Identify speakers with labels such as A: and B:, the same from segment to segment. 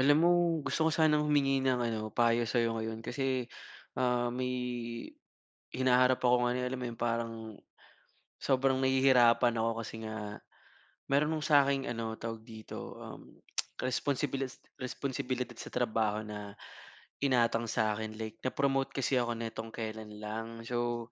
A: Alam mo, gusto ko sanang humingi ng ano, payo sa'yo ngayon kasi, may hinaharap ako ngayon, alam mo yun, parang sobrang nahihirapan ako kasi nga meron nung sa akin ano, tawag dito, um, responsibilidad sa trabaho na inatang sa akin. Like na-promote kasi ako nitong kailan lang. So,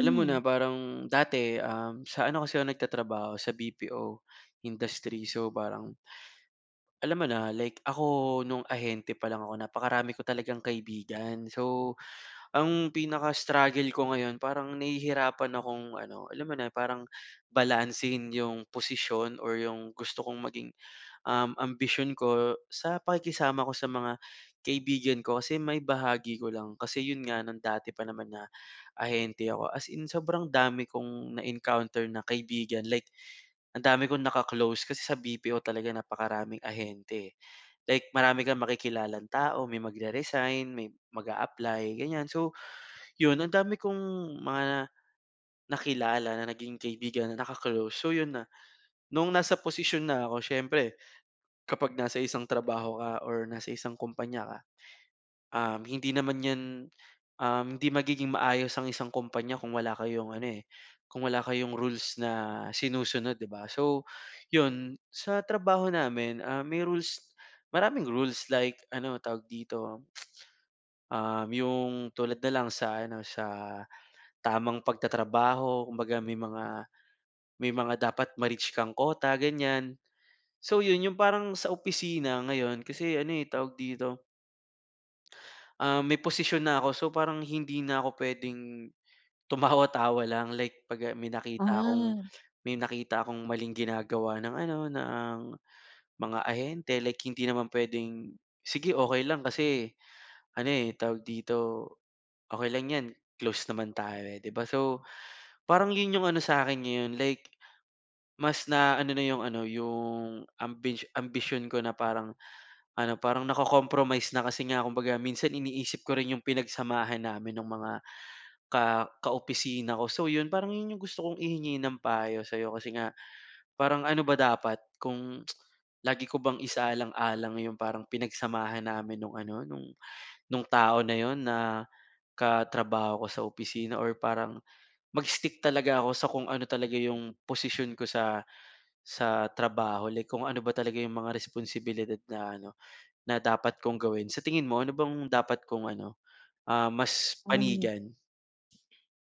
A: alam mo na parang dati, sa ano kasi ako nagtatrabaho, sa BPO industry. So, parang alam mo na, like ako nung ahente pa lang ako napakarami ko talagang kaibigan. So, ang pinaka-struggle ko ngayon parang nahihirapan akong ano, alam mo na parang balansehin yung posisyon or yung gusto kong maging, ambisyon ko sa pakikisama ko sa mga kaibigan ko. Kasi may bahagi ko lang kasi yun nga nung dati pa naman na ahente ako, as in sobrang dami kong na-encounter na kaibigan. Like ang dami kong nakaklose kasi sa BPO talaga napakaraming ahente, eh. Like marami kang makikilalang tao, may magre-resign, may mag-a-apply, ganyan. So, yun ang dami kong mga nakilala na naging kaibigan na naka. So yun na, nung nasa posisyon na ako siyempre kapag nasa isang trabaho ka or nasa isang kumpanya ka, hindi naman yan, hindi magiging maayos ang isang kumpanya kung wala kayong ano, eh, kung wala kayong rules na sinusunod, 'di ba? So, yun sa trabaho namin, ah, may rules, maraming rules like ano, tawag dito. Yung tulad na lang sa ano, sa tamang pagtatrabaho, kumbaga may mga dapat ma-reach kang quota, ganyan. So yun, yung parang sa opisina ngayon kasi ano, eh, tawag dito, ah, may posisyon na ako so parang hindi na ako puwedeng tumawa-tawa lang like 'pag, ah,
B: ah,
A: may nakita akong maling ginagawa ng ano, ng mga ahente like hindi naman puwedeng, "Sige okay lang," kasi ano, eh, tawag dito. Okey lang 'yan, close naman tayo, eh, 'di ba? So, parang 'yun 'yung ano sa'kin ngayon, like mas na ano na 'yung ano, 'yung ambisyon ko na parang ano, parang nako-compromise na kasi nga kumbaga minsan iniisip ko rin 'yung pinagsamahan namin nung mga kaopisina ko. So 'yun, parang 'yun 'yung gusto kong ihingi ng payo sa'yo kasi nga parang ano ba dapat kung lagi ko bang isaalang-alang 'yung parang pinagsamahan namin nung ano, nung tao na 'yun na katrabaho ko sa opisina or parang mag-stick talaga ako sa kung ano talaga yung posisyon ko sa trabaho, like kung ano ba talaga yung mga responsibilidad na ano, na dapat kong gawin. Sa tingin mo ano bang dapat kong ano, ah, mas
B: hmm.
A: panigan?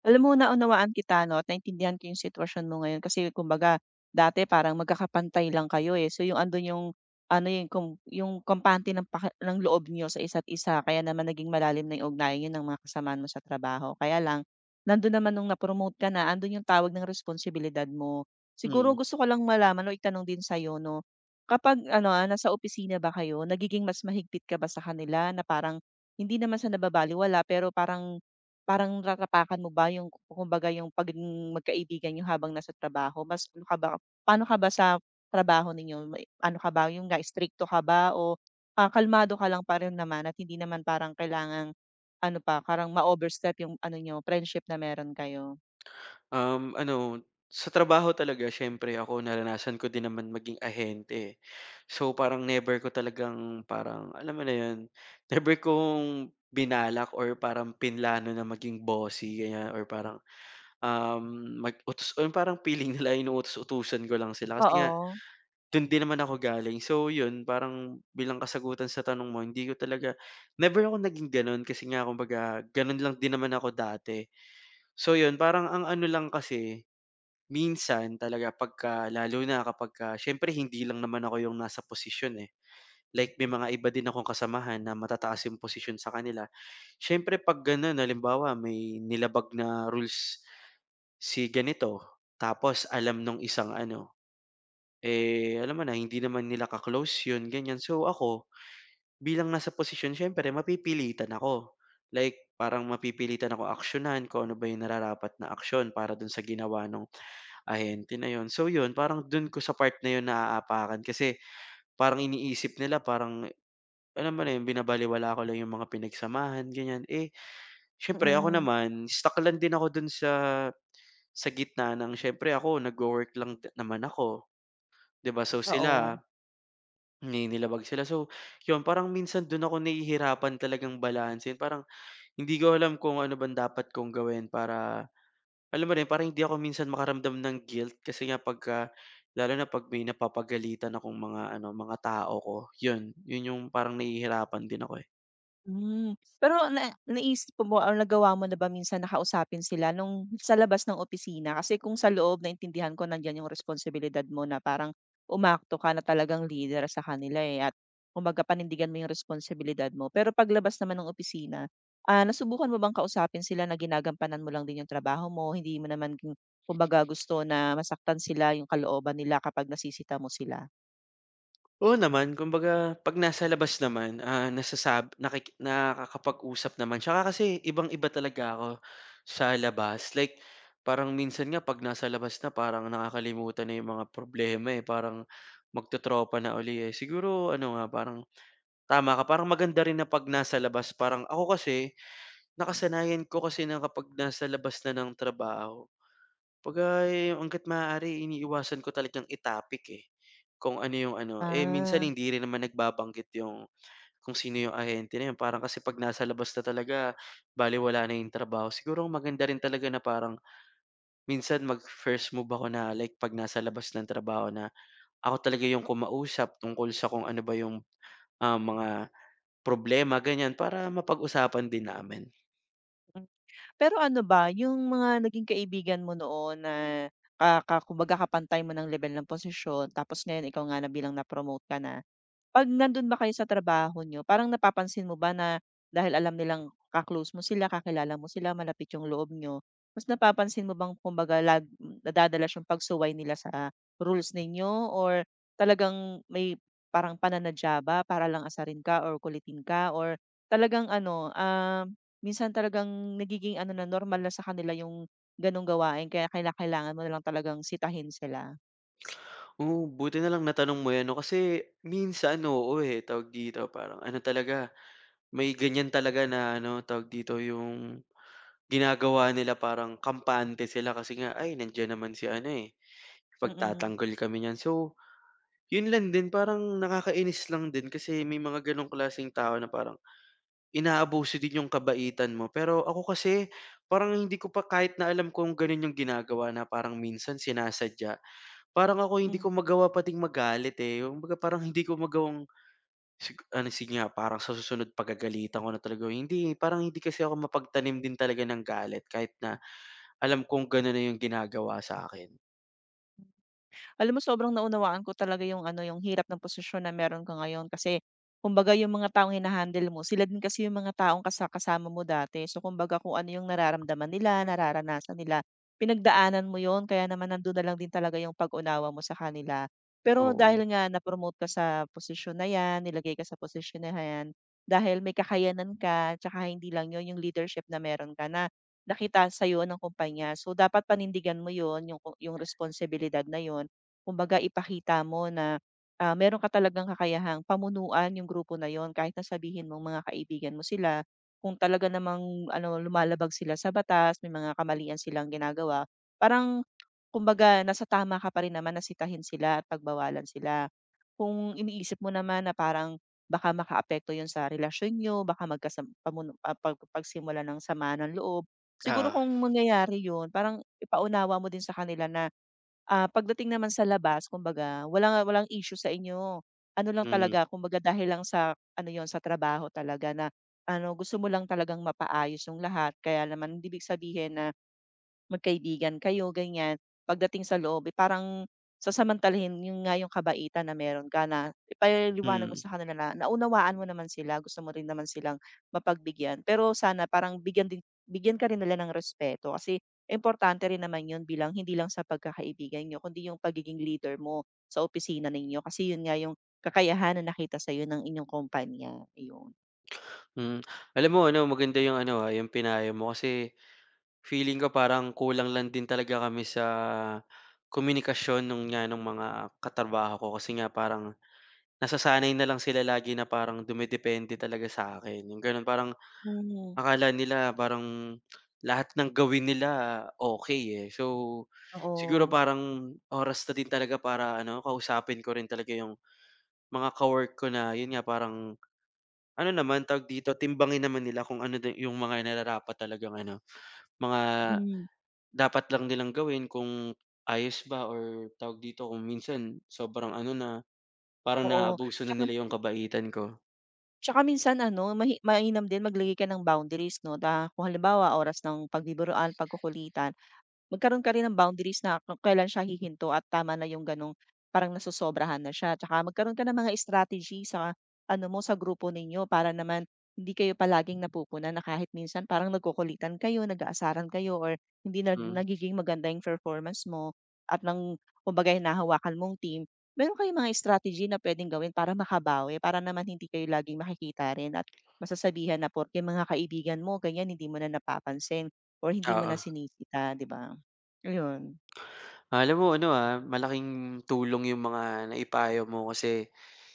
B: Alam mo naunawaan kita 'no at naintindihan ko yung sitwasyon mo ngayon kasi kumbaga dati parang magkakapantay lang kayo, eh. So yung andun yung ano, yung kampante ng paki ng loob niyo sa isa't isa kaya naman naging malalim na yung ugnayan niyo ng mga kasamahan mo sa trabaho. Kaya lang nandun naman nung napromote ka na, andun yung tawag ng responsibilidad mo. Siguro
A: Mm.
B: gusto ko lang malaman o itanong din sa'yo 'no, kapag ano, nasa opisina ba kayo, nagiging mas mahigpit ka ba sa kanila na parang hindi naman sa nababalewala, pero parang Parang nararapakan mo ba yung kumbaga yung pagiging magkaibigan niyo habang nasa trabaho? Mas ano ka ba, paano ka ba sa trabaho ninyo? May ano ka ba, yun nga, strikto ka ba o kalmado ka lang pa rin naman at hindi naman parang kailangang ano pa, parang ma-overstep yung ano niyo, friendship na meron kayo?
A: Ano, sa trabaho talaga siyempre ako naranasan ko din naman maging ahente, eh. So, parang never ko talagang parang alam mo na yun, never kong binalak or parang pinlano na maging bossy ganyan or parang mag-utos o yung parang feeling nila inuutos-utusan ko lang sila kasi nga
B: Oo,
A: do'n din naman ako galing. So 'yun, parang bilang kasagutan sa tanong mo, hindi ko talaga never ako naging gano'n kasi nga kumbaga gano'n lang din naman ako dati. So 'yun, parang ang ano lang kasi, minsan talaga pagka lalo na kapagka siyempre hindi lang naman ako yung nasa posisyon, eh. Like may mga iba din akong kasamahan na matataas yung posisyon sa kanila. Siyempre 'pag gano'n halimbawa may nilabag na rules. Si ganito, tapos alam nung isang ano, eh, alam mo na hindi naman nila ka-close yun ganyan. So ako, bilang nasa posisyon siyempre mapipilitan ako. Like parang mapipilitan ako aksiyunan kung ano ba yung nararapat na aksiyon para dun sa ginawa nung ahente na yun. So yun, parang dun ko sa part na yun naaapakan kasi parang iniisip nila parang alam mo na yun, binabalewala ko lang yung mga pinagsamahan ganyan. Eh, siyempre ako
B: mm,
A: naman stuck lang din ako dun sa gitna ng siyempre ako nagwo-work lang din naman ako, 'di ba? So sila,
B: oo.
A: naninilabag sila. So, 'yun parang minsan dun ako nahihirapan talagang balansehin. Parang hindi ko alam kung ano bang dapat kong gawin para alam mo rin, parang hindi ako minsan makaramdam ng guilt kasi nga pagka lalo na 'pag may napapagalitan akong mga ano, mga tao ko, 'yun. 'Yun yung parang nahihirapan din ako, eh.
B: Pero na naisip mo ba o nagawa mo na ba minsan na kausapin sila nung sa labas ng opisina? Kasi kung sa loob naintindihan ko nandiyan yung responsibilidad mo na parang umakto ka na talagang leader sa kanila, eh, at kumbaga panindigan mo yung responsibilidad mo. Pero paglabas naman ng opisina, nasubukan mo bang kausapin sila na ginagampanan mo lang din yung trabaho mo, hindi mo naman kumbaga gusto na masaktan sila yung kalooban nila kapag nasisita mo sila?
A: Oo naman, kumbaga 'pag nasa labas naman, ah, nasasab nakiki nakakapag-usap naman tsaka kasi ibang-iba talaga ako sa labas. Like parang minsan nga 'pag nasa labas na parang nakakalimutan na yung mga problema, eh, parang magtotropa na uli, eh. Siguro ano nga, parang tama ka, parang maganda rin na 'pag nasa labas parang ako kasi nakasanayan ko kasi na kapag nasa labas na ng trabaho 'pagka, eh, hangga't maaari iniiwasan ko talagang i-topic, eh, kung ano yung ano. Eh, minsan
B: Ah.
A: hindi rin naman nagbabanggit yung kung sino yung ahente na yun. Parang kasi 'pag nasa labas na talaga balewala na yung trabaho. Siguro ang maganda rin talaga na parang minsan mag-first move ako na like 'pag nasa labas ng trabaho na ako talaga yung kumausap tungkol sa kung ano ba yung, ah, mga problema ganyan para mapag-usapan din namin.
B: Pero ano ba, yung mga naging kaibigan mo noon na ka ka kumbaga kapantay mo ng level ng posisyon, tapos ngayon ikaw nga na bilang na-promote ka na, 'pag nandun ba kayo sa trabaho nyo, parang napapansin mo ba na dahil alam nilang ka mo sila, kakilala mo sila, malapit yung loob nyo, mas napapansin mo bang kumbaga nadadalas yung pagsuway nila sa rules ninyo, or talagang may parang pananadya ba para lang asarin ka or kulitin ka or talagang ano, minsan talagang nagiging ano na, normal na sa kanila yung gano'ng gawain kaya kailangan mo na lang talagang sitahin sila?
A: Oo, buti na lang natanong mo yan 'no, kasi minsan oo, eh, tawag dito, parang ano talaga. May ganyan talaga na ano, tawag dito, yung ginagawa nila parang kampante sila kasi nga, "Ay, nandiyan naman si ano, eh,
B: Mm,
A: pagtatanggol kami niyan." So, yun lang din parang nakakainis lang din kasi may mga ganong klaseng tao na parang inaabuso din yung kabaitan mo. Pero ako kasi parang hindi ko pa kahit na alam kung ganun yung ginagawa na parang minsan sinasadya, parang ako hindi
B: mm.
A: ko magawa pating magalit, eh. Kumbaga parang hindi ko magawang ano, sige nga parang sa susunod pagagalitan ko na talaga, hindi, eh, parang hindi kasi ako mapagtanim din talaga ng galit kahit na alam kong gano'n na 'yung ginagawa sa akin.
B: Alam mo sobrang naunawaan ko talaga yung ano, yung hirap ng posisyon na meron ka ngayon kasi kumbaga yung mga taong hina-handle mo, sila din kasi yung mga taong kasama mo dati. So kumbaga kung ano yung nararamdaman nila, nararanasan nila, pinagdaanan mo yon kaya naman nandun na lang din talaga yung pag-unawa mo sa kanila. Pero
A: Oo.
B: dahil nga na-promote ka sa posisyon na yan, nilagay ka sa posisyon na yan, dahil may kakayanan ka, tsaka hindi lang yun yung leadership na meron ka na nakita sa iyo ng kumpanya. So dapat panindigan mo yon, yung responsibilidad na yon. Kumbaga ipakita mo na, meron ka talagang kakayahang pamunuan yung grupo na yon kahit na sabihin mong mga kaibigan mo sila. Kung talaga namang ano, lumalabag sila sa batas, may mga kamalian silang ginagawa, parang kumbaga nasa tama ka pa rin naman na sitahin sila at pagbawalan sila. Kung iniisip mo naman na parang baka makaapekto yun sa relasyon niyo, baka magkasam pamuno, pagsimula ng samaan ng loob, siguro
A: Ah,
B: kung mangyayari yun parang ipaunawa mo din sa kanila na pagdating naman sa labas, kumbaga walang walang issue sa inyo. Ano lang
A: mm,
B: talaga kumbaga dahil lang sa ano yon, sa trabaho talaga na ano, gusto mo lang talagang mapaayos yung lahat, kaya naman hindi ibig sabihin na magkaibigan kayo ganyan, pagdating sa loob, eh, parang sasamantalahin yun nga yung kabaitan na meron ka. Na ipaliliwanag mo
A: mm,
B: sa kanila na naunawaan mo naman sila, gusto mo rin naman silang mapagbigyan. Pero sana parang bigyan ka rin nila ng respeto, kasi importante rin naman yun, bilang hindi lang sa pagkakaibigan niyo kundi yung pagiging leader mo sa opisina ninyo kasi yun nga yung kakayahan na nakita sa'yo ng inyong kumpanya, ayun.
A: mm. Alam mo ano, maganda 'yung ano, ah, 'yung pinayo mo kasi feeling ko parang kulang lang din talaga kami sa komunikasyon nung mga katrabaho ko kasi nga parang nasasanay na lang sila lagi na parang dumedepende talaga sa akin 'yung gano'n. Parang
B: Hmm.
A: akala nila parang lahat ng gawin nila okey, eh. So, siguro
B: Oo.
A: parang oras na din talaga para ano, kausapin ko rin talaga yung mga ka-work ko na yun nga parang ano naman, tawag dito, timbangin naman nila kung ano din yung mga nararapat talagang ano, mga
B: Hmm,
A: dapat lang nilang gawin kung ayos ba or tawag dito, kung minsan sobrang ano na, parang
B: oo.
A: naaabuso na
B: Tsaka
A: nila yung kabaitan ko.
B: Tsaka minsan ano, mainam din maglagay ka ng boundaries 'no, na kung halimbawa oras ng pagbibiruan, pagkukulitan, magkaroon ka rin ng boundaries na kung kailan siya hihinto at tama na, yung ganong parang nasosobrahan na siya. Tsaka magkaroon ka ng mga strategy sa ano mo, sa grupo ninyo para naman hindi kayo palaging napupuna, na kahit minsan parang nagkukulitan kayo, nag-aasaran kayo or hindi
A: Hmm,
B: nagiging maganda yung performance mo at ng kumbaga hinahawakan mong team, meron kayong mga strategy na pwedeng gawin para makabawi, para naman hindi kayo laging makikita rin at masasabihan na porke mga kaibigan mo, ganyan, hindi mo na napapansin or hindi mo na
A: oo.
B: sinisita, di ba? Ayun,
A: Alam mo ano, ah, malaking tulong yung mga naipayo mo kasi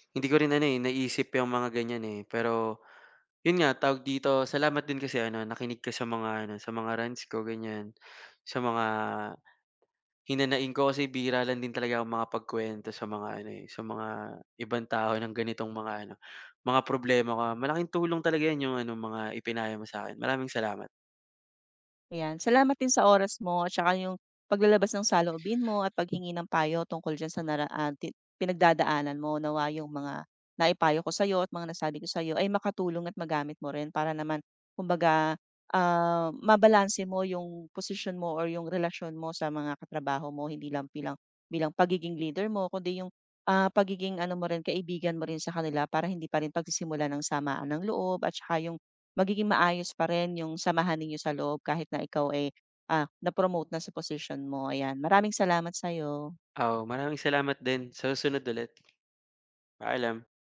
A: hindi ko rin ano, eh, naisip yang mga ganyan, eh, pero yun nga tawag dito, salamat din kasi ano nakinig ka sa mga ano, sa mga rants ko ganyan, sa mga hinanaing ko kasi bihira lang din talaga ang mga makapagkuwento sa mga ano, eh, sa mga ibang tao ng ganitong mga ano, mga problema ko. Malaking tulong talaga yan yung ano, mga ipinayo mo sa'kin. Maraming salamat.
B: ayan. Salamat din sa oras mo at saka yung paglalabas ng saloobin mo at paghingi ng payo tungkol diyan sa naraan ti pinagdadaanan mo. Nawa yung mga naipayo ko sa'yo at mga nasabi ko sa'yo ay makatulong at magamit mo rin para naman kumbaga, mabalanse mo yung posisyon mo or yung relasyon mo sa mga katrabaho mo. Hindi lang bilang bilang pagiging leader mo, kundi yung, pagiging ano mo rin, kaibigan mo rin sa kanila, para hindi pa rin pagsisimula ng samaan ng loob, at saka yung magiging maayos pa rin yung samahan ninyo sa loob kahit na ikaw ay, na-promote na sa position mo, ayan. Maraming salamat sa'yo.
A: Oo, maraming salamat din. Sa susunod ulit. Paalam.